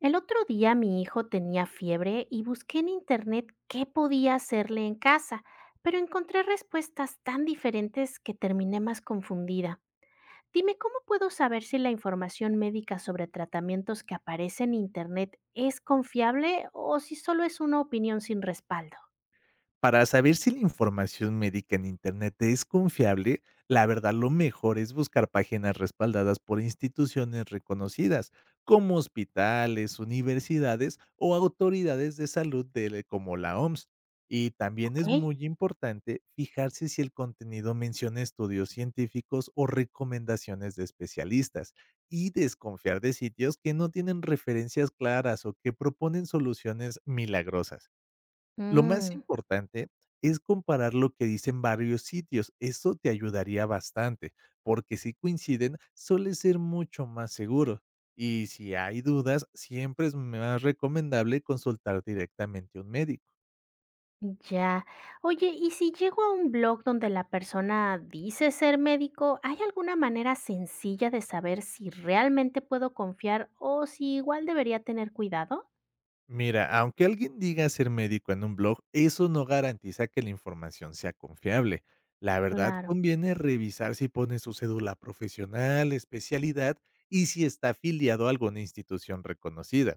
El otro día mi hijo tenía fiebre y busqué en internet qué podía hacerle en casa, pero encontré respuestas tan diferentes que terminé más confundida. Dime, ¿cómo puedo saber si la información médica sobre tratamientos que aparece en internet es confiable o si solo es una opinión sin respaldo? Para saber si la información médica en Internet es confiable, la verdad lo mejor es buscar páginas respaldadas por instituciones reconocidas, como hospitales, universidades o autoridades de salud como la OMS. Y también ¿Ok? es muy importante fijarse si el contenido menciona estudios científicos o recomendaciones de especialistas y desconfiar de sitios que no tienen referencias claras o que proponen soluciones milagrosas. Lo más Mm. importante es comparar lo que dicen varios sitios, eso te ayudaría bastante, porque si coinciden suele ser mucho más seguro. Y si hay dudas, siempre es más recomendable consultar directamente a un médico. Ya. Oye, y si llego a un blog donde la persona dice ser médico, ¿hay alguna manera sencilla de saber si realmente puedo confiar o si igual debería tener cuidado? Mira, aunque alguien diga ser médico en un blog, eso no garantiza que la información sea confiable. La verdad, Claro. conviene revisar si pone su cédula profesional, especialidad y si está afiliado a alguna institución reconocida.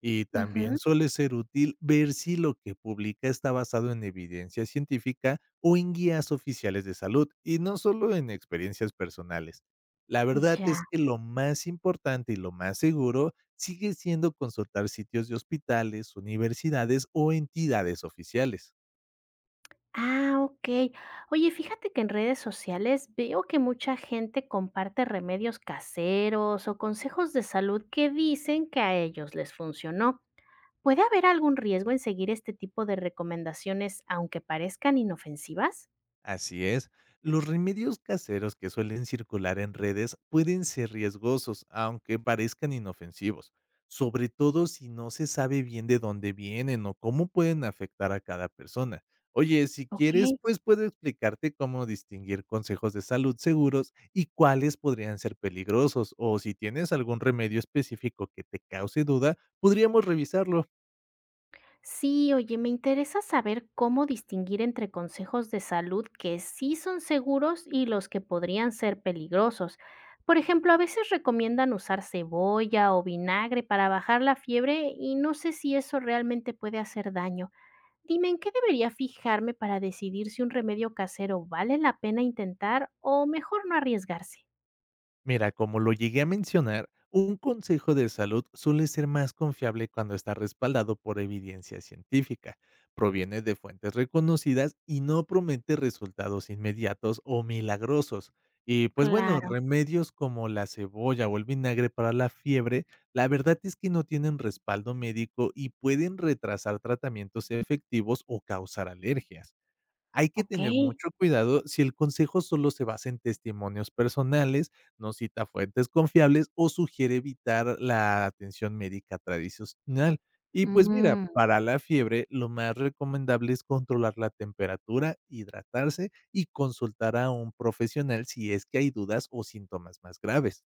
Y también Ujú. suele ser útil ver si lo que publica está basado en evidencia científica o en guías oficiales de salud y no solo en experiencias personales. La verdad Ya. es que lo más importante y lo más seguro sigue siendo consultar sitios de hospitales, universidades o entidades oficiales. Ah, ok. Oye, fíjate que en redes sociales veo que mucha gente comparte remedios caseros o consejos de salud que dicen que a ellos les funcionó. ¿Puede haber algún riesgo en seguir este tipo de recomendaciones aunque parezcan inofensivas? Así es, los remedios caseros que suelen circular en redes pueden ser riesgosos, aunque parezcan inofensivos, sobre todo si no se sabe bien de dónde vienen o cómo pueden afectar a cada persona. Oye, si Ok, quieres, pues puedo explicarte cómo distinguir consejos de salud seguros y cuáles podrían ser peligrosos, o si tienes algún remedio específico que te cause duda, podríamos revisarlo. sí, oye, me interesa saber cómo distinguir entre consejos de salud que sí son seguros y los que podrían ser peligrosos. Por ejemplo, a veces recomiendan usar cebolla o vinagre para bajar la fiebre y no sé si eso realmente puede hacer daño. Dime, ¿en qué debería fijarme para decidir si un remedio casero vale la pena intentar o mejor no arriesgarse? Mira, como lo llegué a mencionar, un consejo de salud suele ser más confiable cuando está respaldado por evidencia científica, proviene de fuentes reconocidas y no promete resultados inmediatos o milagrosos. Y pues bueno, Claro, remedios como la cebolla o el vinagre para la fiebre, la verdad es que no tienen respaldo médico y pueden retrasar tratamientos efectivos o causar alergias. Hay que ok. tener mucho cuidado si el consejo solo se basa en testimonios personales, no cita fuentes confiables o sugiere evitar la atención médica tradicional. Y pues mira, Mm. para la fiebre lo más recomendable es controlar la temperatura, hidratarse y consultar a un profesional si es que hay dudas o síntomas más graves.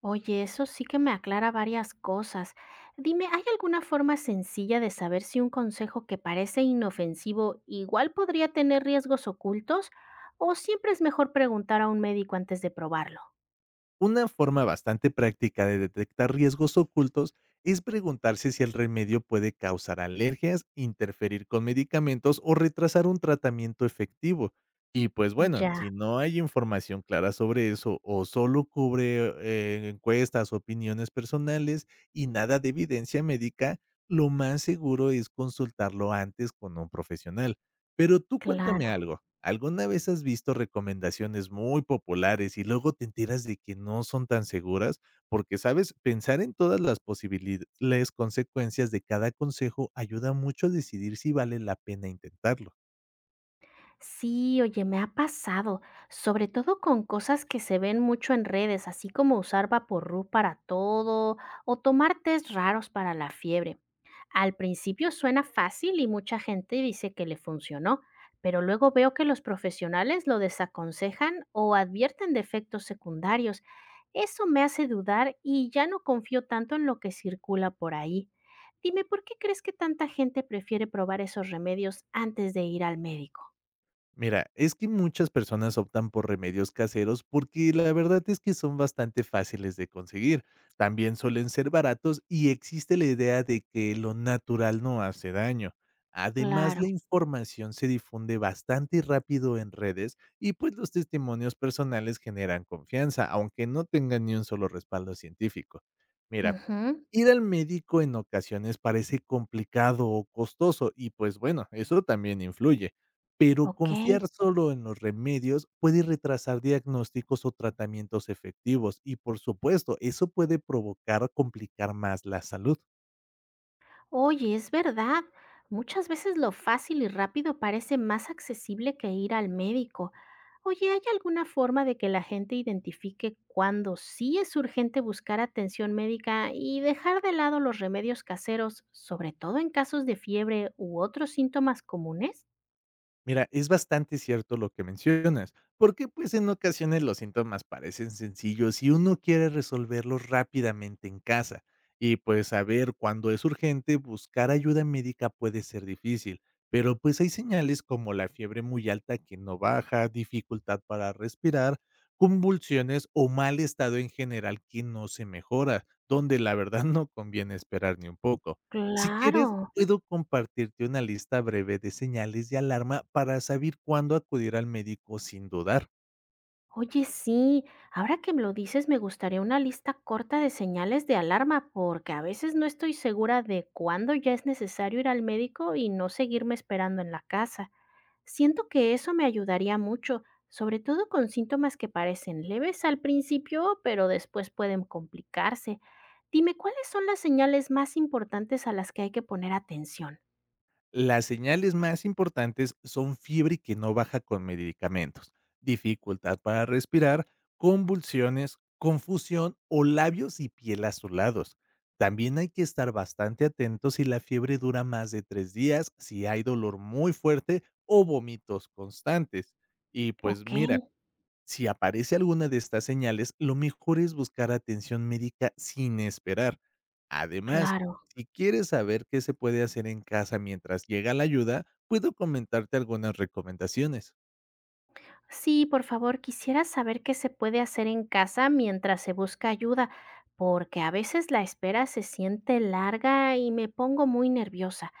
Oye, eso sí que me aclara varias cosas. Dime, ¿hay alguna forma sencilla de saber si un consejo que parece inofensivo igual podría tener riesgos ocultos? ¿O siempre es mejor preguntar a un médico antes de probarlo? Una forma bastante práctica de detectar riesgos ocultos es preguntarse si el remedio puede causar alergias, interferir con medicamentos o retrasar un tratamiento efectivo. Y pues bueno, Ya, si no hay información clara sobre eso o solo cubre encuestas, opiniones personales y nada de evidencia médica, lo más seguro es consultarlo antes con un profesional. Pero tú cuéntame claro. algo. ¿Alguna vez has visto recomendaciones muy populares y luego te enteras de que no son tan seguras? Porque, ¿sabes? Pensar en todas las posibilidades, consecuencias de cada consejo ayuda mucho a decidir si vale la pena intentarlo. Sí, oye, me ha pasado, sobre todo con cosas que se ven mucho en redes, así como usar Vaporub para todo o tomar tés raros para la fiebre. Al principio suena fácil y mucha gente dice que le funcionó, pero luego veo que los profesionales lo desaconsejan o advierten de efectos secundarios. Eso me hace dudar y ya no confío tanto en lo que circula por ahí. Dime, ¿por qué crees que tanta gente prefiere probar esos remedios antes de ir al médico? Mira, es que muchas personas optan por remedios caseros porque la verdad es que son bastante fáciles de conseguir. También suelen ser baratos y existe la idea de que lo natural no hace daño. Además, Claro. la información se difunde bastante rápido en redes y pues los testimonios personales generan confianza, aunque no tengan ni un solo respaldo científico. Mira, Ujú. ir al médico en ocasiones parece complicado o costoso y pues bueno, eso también influye, pero Okey. confiar solo en los remedios puede retrasar diagnósticos o tratamientos efectivos y por supuesto, eso puede provocar complicar más la salud. Oye, es verdad. Muchas veces lo fácil y rápido parece más accesible que ir al médico. Oye, ¿hay alguna forma de que la gente identifique cuándo sí es urgente buscar atención médica y dejar de lado los remedios caseros, sobre todo en casos de fiebre u otros síntomas comunes? Mira, es bastante cierto lo que mencionas, porque pues en ocasiones los síntomas parecen sencillos y uno quiere resolverlos rápidamente en casa. Y pues saber cuándo es urgente, buscar ayuda médica puede ser difícil, pero pues hay señales como la fiebre muy alta que no baja, dificultad para respirar, convulsiones o mal estado en general que no se mejora, donde la verdad no conviene esperar ni un poco. Si quieres, Claro. puedo compartirte una lista breve de señales de alarma para saber cuándo acudir al médico sin dudar. Oye, sí, ahora que me lo dices, me gustaría una lista corta de señales de alarma, porque a veces no estoy segura de cuándo ya es necesario ir al médico y no seguirme esperando en la casa. Siento que eso me ayudaría mucho, sobre todo con síntomas que parecen leves al principio, pero después pueden complicarse. Dime, ¿cuáles son las señales más importantes a las que hay que poner atención? Las señales más importantes son fiebre que no baja con medicamentos, dificultad para respirar, convulsiones, confusión o labios y piel azulados. También hay que estar bastante atentos si la fiebre dura más de 3 días, si hay dolor muy fuerte o vómitos constantes. Y pues Ok, mira, si aparece alguna de estas señales, lo mejor es buscar atención médica sin esperar. Además, claro. si quieres saber qué se puede hacer en casa mientras llega la ayuda, puedo comentarte algunas recomendaciones. Sí, por favor, quisiera saber qué se puede hacer en casa mientras se busca ayuda, porque a veces la espera se siente larga y me pongo muy nerviosa.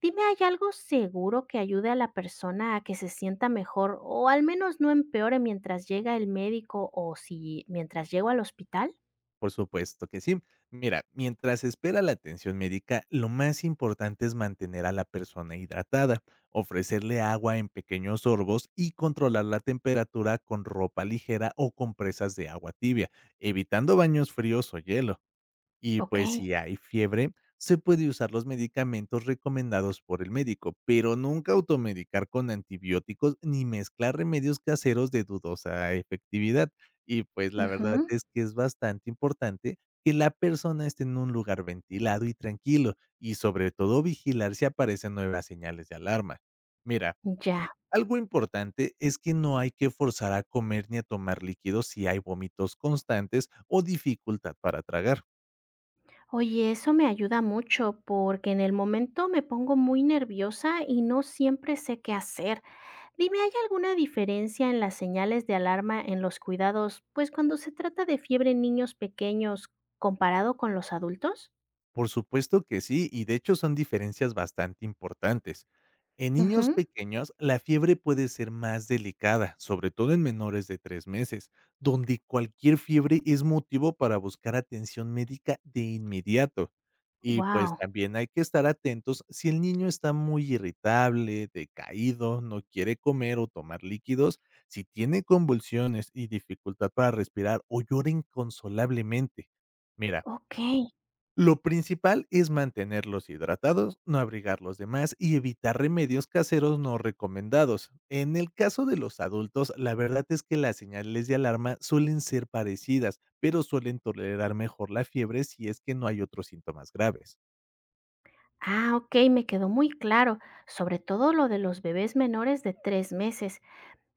Dime, ¿hay algo seguro que ayude a la persona a que se sienta mejor o al menos no empeore mientras llega el médico o si mientras llego al hospital? Por supuesto que sí. Mira, mientras espera la atención médica, lo más importante es mantener a la persona hidratada, ofrecerle agua en pequeños sorbos y controlar la temperatura con ropa ligera o compresas de agua tibia, evitando baños fríos o hielo. Y Ok. pues si hay fiebre, se puede usar los medicamentos recomendados por el médico, pero nunca automedicar con antibióticos ni mezclar remedios caseros de dudosa efectividad. Y pues la verdad Ujú. es que es bastante importante que la persona esté en un lugar ventilado y tranquilo y sobre todo vigilar si aparecen nuevas señales de alarma. Mira, Ya. algo importante es que no hay que forzar a comer ni a tomar líquidos si hay vómitos constantes o dificultad para tragar. Oye, eso me ayuda mucho porque en el momento me pongo muy nerviosa y no siempre sé qué hacer. Dime, ¿hay alguna diferencia en las señales de alarma en los cuidados, pues cuando se trata de fiebre en niños pequeños comparado con los adultos? Por supuesto que sí, y de hecho son diferencias bastante importantes. En niños Ujú. pequeños, la fiebre puede ser más delicada, sobre todo en menores de 3 meses, donde cualquier fiebre es motivo para buscar atención médica de inmediato. Y pues Wow, también hay que estar atentos si el niño está muy irritable, decaído, no quiere comer o tomar líquidos, si tiene convulsiones y dificultad para respirar o llora inconsolablemente. Mira, ok. lo principal es mantenerlos hidratados, no abrigarlos de más y evitar remedios caseros no recomendados. En el caso de los adultos, la verdad es que las señales de alarma suelen ser parecidas, pero suelen tolerar mejor la fiebre si es que no hay otros síntomas graves. Ah, ok, me quedó muy claro, sobre todo lo de los bebés menores de 3 meses.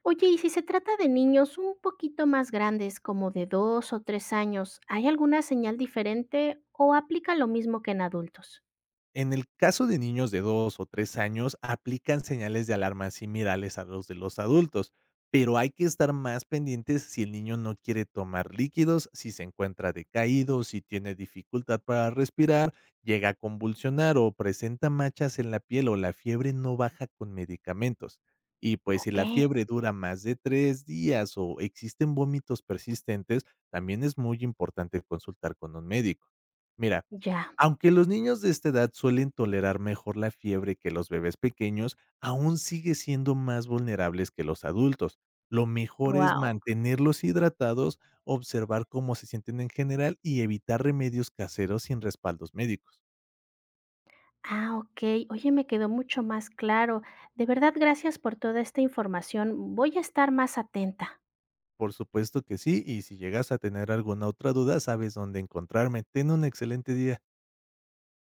Oye, y si se trata de niños un poquito más grandes, como de 2 o 3 años, ¿hay alguna señal diferente o aplica lo mismo que en adultos? En el caso de niños de 2 o 3 años, aplican señales de alarma similares a los de los adultos, pero hay que estar más pendientes si el niño no quiere tomar líquidos, si se encuentra decaído, si tiene dificultad para respirar, llega a convulsionar o presenta manchas en la piel o la fiebre no baja con medicamentos. Y pues si Ok, la fiebre dura más de 3 días o existen vómitos persistentes, también es muy importante consultar con un médico. Mira, ya, aunque los niños de esta edad suelen tolerar mejor la fiebre que los bebés pequeños, aún sigue siendo más vulnerables que los adultos. Lo mejor es wow. mantenerlos hidratados, observar cómo se sienten en general y evitar remedios caseros sin respaldos médicos. Ah, ok. Oye, me quedó mucho más claro. De verdad, gracias por toda esta información. Voy a estar más atenta. Por supuesto que sí, y si llegas a tener alguna otra duda, sabes dónde encontrarme. Ten un excelente día.